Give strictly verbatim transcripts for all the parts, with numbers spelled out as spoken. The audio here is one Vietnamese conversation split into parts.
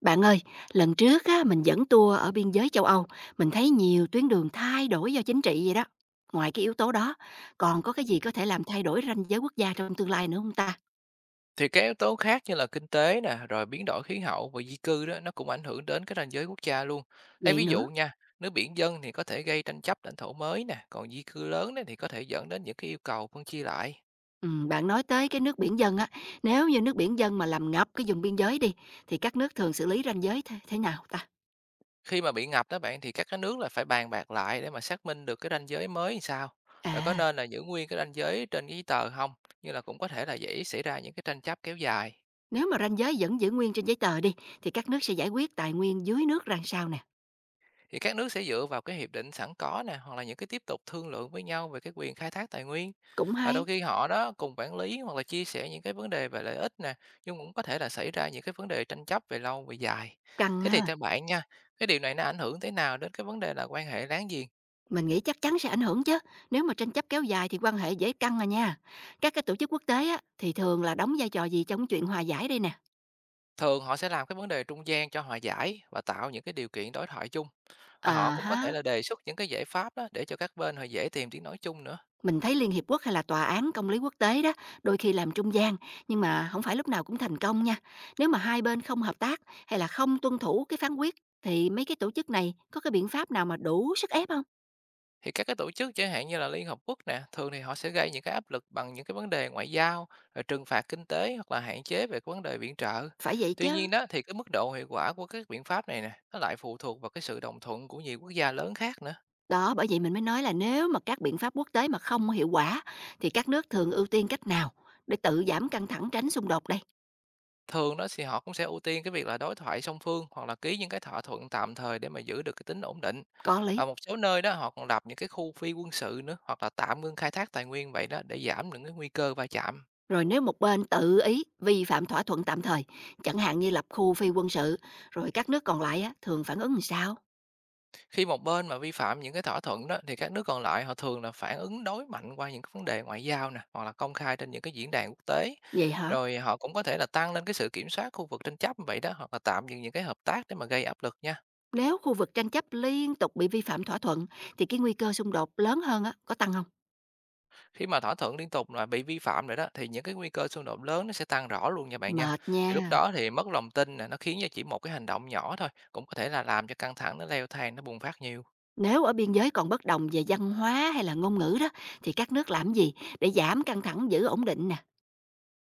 Bạn ơi, lần trước á, mình dẫn tour ở biên giới châu Âu, mình thấy nhiều tuyến đường thay đổi do chính trị vậy đó. Ngoài cái yếu tố đó, còn có cái gì có thể làm thay đổi ranh giới quốc gia trong tương lai nữa không ta? Thì các yếu tố khác như là kinh tế nè, rồi biến đổi khí hậu và di cư đó nó cũng ảnh hưởng đến cái ranh giới quốc gia luôn. Lấy Vậy ví nữa, dụ nha, nước biển dân thì có thể gây tranh chấp lãnh thổ mới nè, còn di cư lớn đấy thì có thể dẫn đến những cái yêu cầu phân chia lại. ừ, bạn nói tới cái nước biển dân á, nếu như nước biển dân mà làm ngập cái vùng biên giới đi, thì các nước thường xử lý ranh giới thế, thế nào ta? Khi mà bị ngập đó bạn thì các cái nước là phải bàn bạc lại để mà xác minh được cái ranh giới mới làm sao. Rồi có À, nên là giữ nguyên cái ranh giới trên cái giấy tờ không? Như là cũng có thể là dễ xảy ra những cái tranh chấp kéo dài. nếu mà ranh giới vẫn giữ nguyên trên giấy tờ đi, thì các nước sẽ giải quyết tài nguyên dưới nước ra sao nè? Thì các nước sẽ dựa vào cái hiệp định sẵn có nè, hoặc là những cái tiếp tục thương lượng với nhau về cái quyền khai thác tài nguyên. Cũng Và hay, đôi khi họ đó cùng quản lý hoặc là chia sẻ những cái vấn đề về lợi ích nè, nhưng cũng có thể là xảy ra những cái vấn đề tranh chấp về lâu về dài. cần Thế thì ha. theo bạn nha, cái điều này nó ảnh hưởng thế nào đến cái vấn đề là quan hệ láng giềng? Mình nghĩ chắc chắn sẽ ảnh hưởng chứ, nếu mà tranh chấp kéo dài thì quan hệ dễ căng à nha. Các cái tổ chức quốc tế á, thì thường là đóng vai trò gì trong chuyện hòa giải đây nè? Thường họ sẽ làm cái vấn đề trung gian cho hòa giải và tạo những cái điều kiện đối thoại chung. Và À họ cũng có ha, thể là đề xuất những cái giải pháp đó để cho các bên họ dễ tìm tiếng nói chung nữa. mình thấy Liên Hiệp Quốc hay là Tòa án Công lý Quốc tế đó, đôi khi làm trung gian, nhưng mà không phải lúc nào cũng thành công nha. Nếu mà hai bên không hợp tác hay là không tuân thủ cái phán quyết, thì mấy cái tổ chức này có cái biện pháp nào mà đủ sức ép không? Thì các cái tổ chức chẳng hạn như là Liên Hợp Quốc nè, thường thì họ sẽ gây những cái áp lực bằng những cái vấn đề ngoại giao, rồi trừng phạt kinh tế hoặc là hạn chế về cái vấn đề viện trợ. Phải vậy Tuy chứ. nhiên đó thì cái mức độ hiệu quả của các biện pháp này nè, nó lại phụ thuộc vào cái sự đồng thuận của nhiều quốc gia lớn khác nữa. Đó, bởi vậy mình mới nói là nếu mà các biện pháp quốc tế mà không hiệu quả, thì các nước thường ưu tiên cách nào để tự giảm căng thẳng tránh xung đột đây? Thường đó thì họ cũng sẽ ưu tiên cái việc là đối thoại song phương hoặc là ký những cái thỏa thuận tạm thời để mà giữ được cái tính ổn định. Có lý. Và một số nơi đó họ còn lập những cái khu phi quân sự nữa, hoặc là tạm ngưng khai thác tài nguyên vậy đó để giảm những cái nguy cơ va chạm. Rồi nếu một bên tự ý vi phạm thỏa thuận tạm thời, chẳng hạn như lập khu phi quân sự, rồi các nước còn lại á, thường phản ứng làm sao? Khi một bên mà vi phạm những cái thỏa thuận đó thì các nước còn lại họ thường là phản ứng đối mạnh qua những cái vấn đề ngoại giao nè, hoặc là công khai trên những cái diễn đàn quốc tế. Vậy hả? Rồi họ cũng có thể là tăng lên cái sự kiểm soát khu vực tranh chấp vậy đó, hoặc là tạm dừng những cái hợp tác để mà gây áp lực nha. Nếu khu vực tranh chấp liên tục bị vi phạm thỏa thuận, thì cái nguy cơ xung đột lớn hơn á, có tăng không? Khi mà thỏa thuận liên tục là bị vi phạm rồi đó, thì những cái nguy cơ xung đột lớn nó sẽ tăng rõ luôn nha bạn nha. Mệt Thì lúc nha. đó thì mất lòng tin nè, nó khiến cho chỉ một cái hành động nhỏ thôi cũng có thể là làm cho căng thẳng nó leo thang, nó bùng phát nhiều. Nếu ở biên giới còn bất đồng về văn hóa hay là ngôn ngữ đó, thì các nước làm gì để giảm căng thẳng giữ ổn định nè?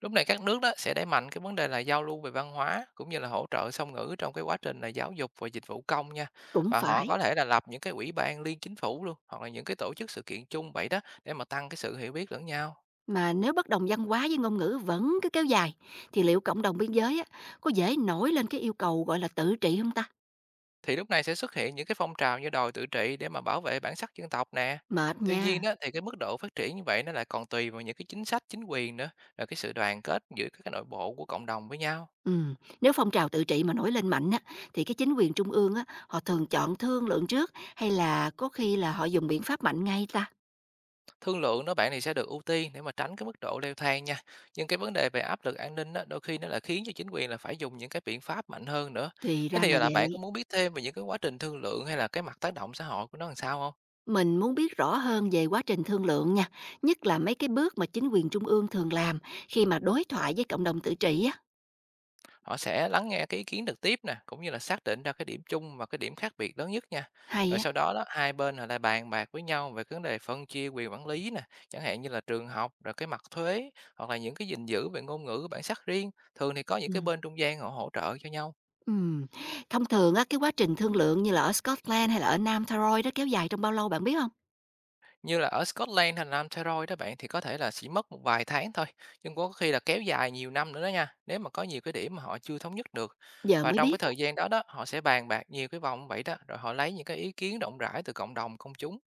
Lúc này các nước đó sẽ đẩy mạnh cái vấn đề là giao lưu về văn hóa, cũng như là hỗ trợ song ngữ trong cái quá trình là giáo dục và dịch vụ công nha. Cũng Và họ phải. có thể là lập những cái ủy ban liên chính phủ luôn, hoặc là những cái tổ chức sự kiện chung vậy đó để mà tăng cái sự hiểu biết lẫn nhau. Mà nếu bất đồng văn hóa với ngôn ngữ vẫn cứ kéo dài, thì liệu cộng đồng biên giới á, có dễ nổi lên cái yêu cầu gọi là tự trị không ta? Thì lúc này sẽ xuất hiện những cái phong trào như đòi tự trị để mà bảo vệ bản sắc dân tộc nè. Mệt Tuy nhiên nha. đó thì cái mức độ phát triển như vậy nó lại còn tùy vào những cái chính sách chính quyền nữa, rồi cái sự đoàn kết giữa các cái nội bộ của cộng đồng với nhau. Ừ, nếu phong trào tự trị mà nổi lên mạnh á, thì cái chính quyền trung ương á, họ thường chọn thương lượng trước hay là có khi là họ dùng biện pháp mạnh ngay ta? Thương lượng đó bạn thì sẽ được ưu tiên để mà tránh cái mức độ leo thang nha. Nhưng cái vấn đề về áp lực an ninh đó đôi khi nó là khiến cho chính quyền là phải dùng những cái biện pháp mạnh hơn nữa. Thì Thế ra thì là là bạn vậy. có muốn biết thêm về những cái quá trình thương lượng, hay là cái mặt tác động xã hội của nó làm sao không? Mình muốn biết rõ hơn về quá trình thương lượng nha, nhất là mấy cái bước mà chính quyền trung ương thường làm khi mà đối thoại với cộng đồng tự trị á. Họ sẽ lắng nghe cái ý kiến trực tiếp nè, cũng như là xác định ra cái điểm chung và cái điểm khác biệt lớn nhất nha. Hay Rồi á. sau đó đó hai bên họ lại bàn bạc với nhau về cái vấn đề phân chia quyền quản lý nè, chẳng hạn như là trường học, rồi cái mặt thuế, hoặc là những cái gìn giữ về ngôn ngữ bản sắc riêng. Thường thì có những cái Ừm. bên trung gian họ hỗ trợ cho nhau. Ừm. Thông thường á, cái quá trình thương lượng như là ở Scotland hay là ở Nam Tyrol đó kéo dài trong bao lâu bạn biết không? Như là ở Scotland hay là Nam Tyrol đó bạn thì có thể là chỉ mất một vài tháng thôi, nhưng có khi là kéo dài nhiều năm nữa đó nha, nếu mà có nhiều cái điểm mà họ chưa thống nhất được. Giờ Và mới trong biết cái á. thời gian đó đó, họ sẽ bàn bạc nhiều cái vòng vậy đó, rồi họ lấy những cái ý kiến rộng rãi từ cộng đồng công chúng.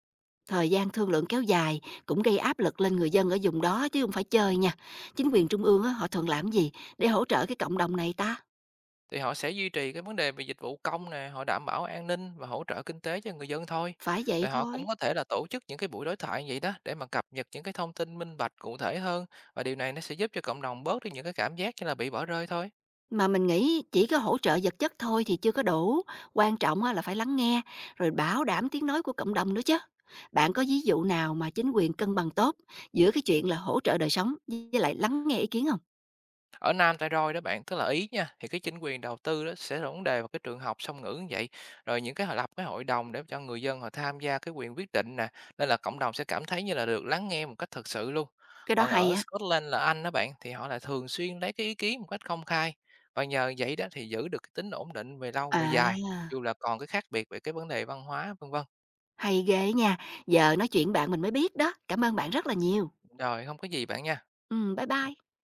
Thời gian thương lượng kéo dài cũng gây áp lực lên người dân ở vùng đó chứ không phải chơi nha. Chính quyền trung ương á, họ thường làm gì để hỗ trợ cái cộng đồng này ta? Thì họ sẽ duy trì cái vấn đề về dịch vụ công nè, họ đảm bảo an ninh và hỗ trợ kinh tế cho người dân thôi. Phải vậy Rồi họ thôi. cũng có thể là tổ chức những cái buổi đối thoại vậy đó để mà cập nhật những cái thông tin minh bạch cụ thể hơn, và điều này nó sẽ giúp cho cộng đồng bớt đi những cái cảm giác như là bị bỏ rơi thôi. Mà mình nghĩ chỉ có hỗ trợ vật chất thôi thì chưa có đủ. Quan trọng á, là phải lắng nghe, rồi bảo đảm tiếng nói của cộng đồng nữa chứ. Bạn có ví dụ nào mà chính quyền cân bằng tốt giữa cái chuyện là hỗ trợ đời sống với lại lắng nghe ý kiến không? Ở Nam ta Roi đó bạn, tức là Ý nha, thì cái chính quyền đầu tư đó sẽ là vấn đề vào cái trường học song ngữ như vậy, rồi những cái họ lập cái hội đồng để cho người dân họ tham gia cái quyền quyết định nè, nên là cộng đồng sẽ cảm thấy như là được lắng nghe một cách thật sự luôn. Cái đó Còn hay ở á. Scotland là Anh đó bạn, thì họ lại thường xuyên lấy cái ý kiến một cách công khai, và nhờ vậy đó thì giữ được cái tính ổn định về lâu về dài, À, dù là còn cái khác biệt về cái vấn đề văn hóa vân vân. hay ghê nha. Giờ nói chuyện bạn mình mới biết đó. Cảm ơn bạn rất là nhiều. Rồi, không có gì bạn nha. Ừ, bye bye.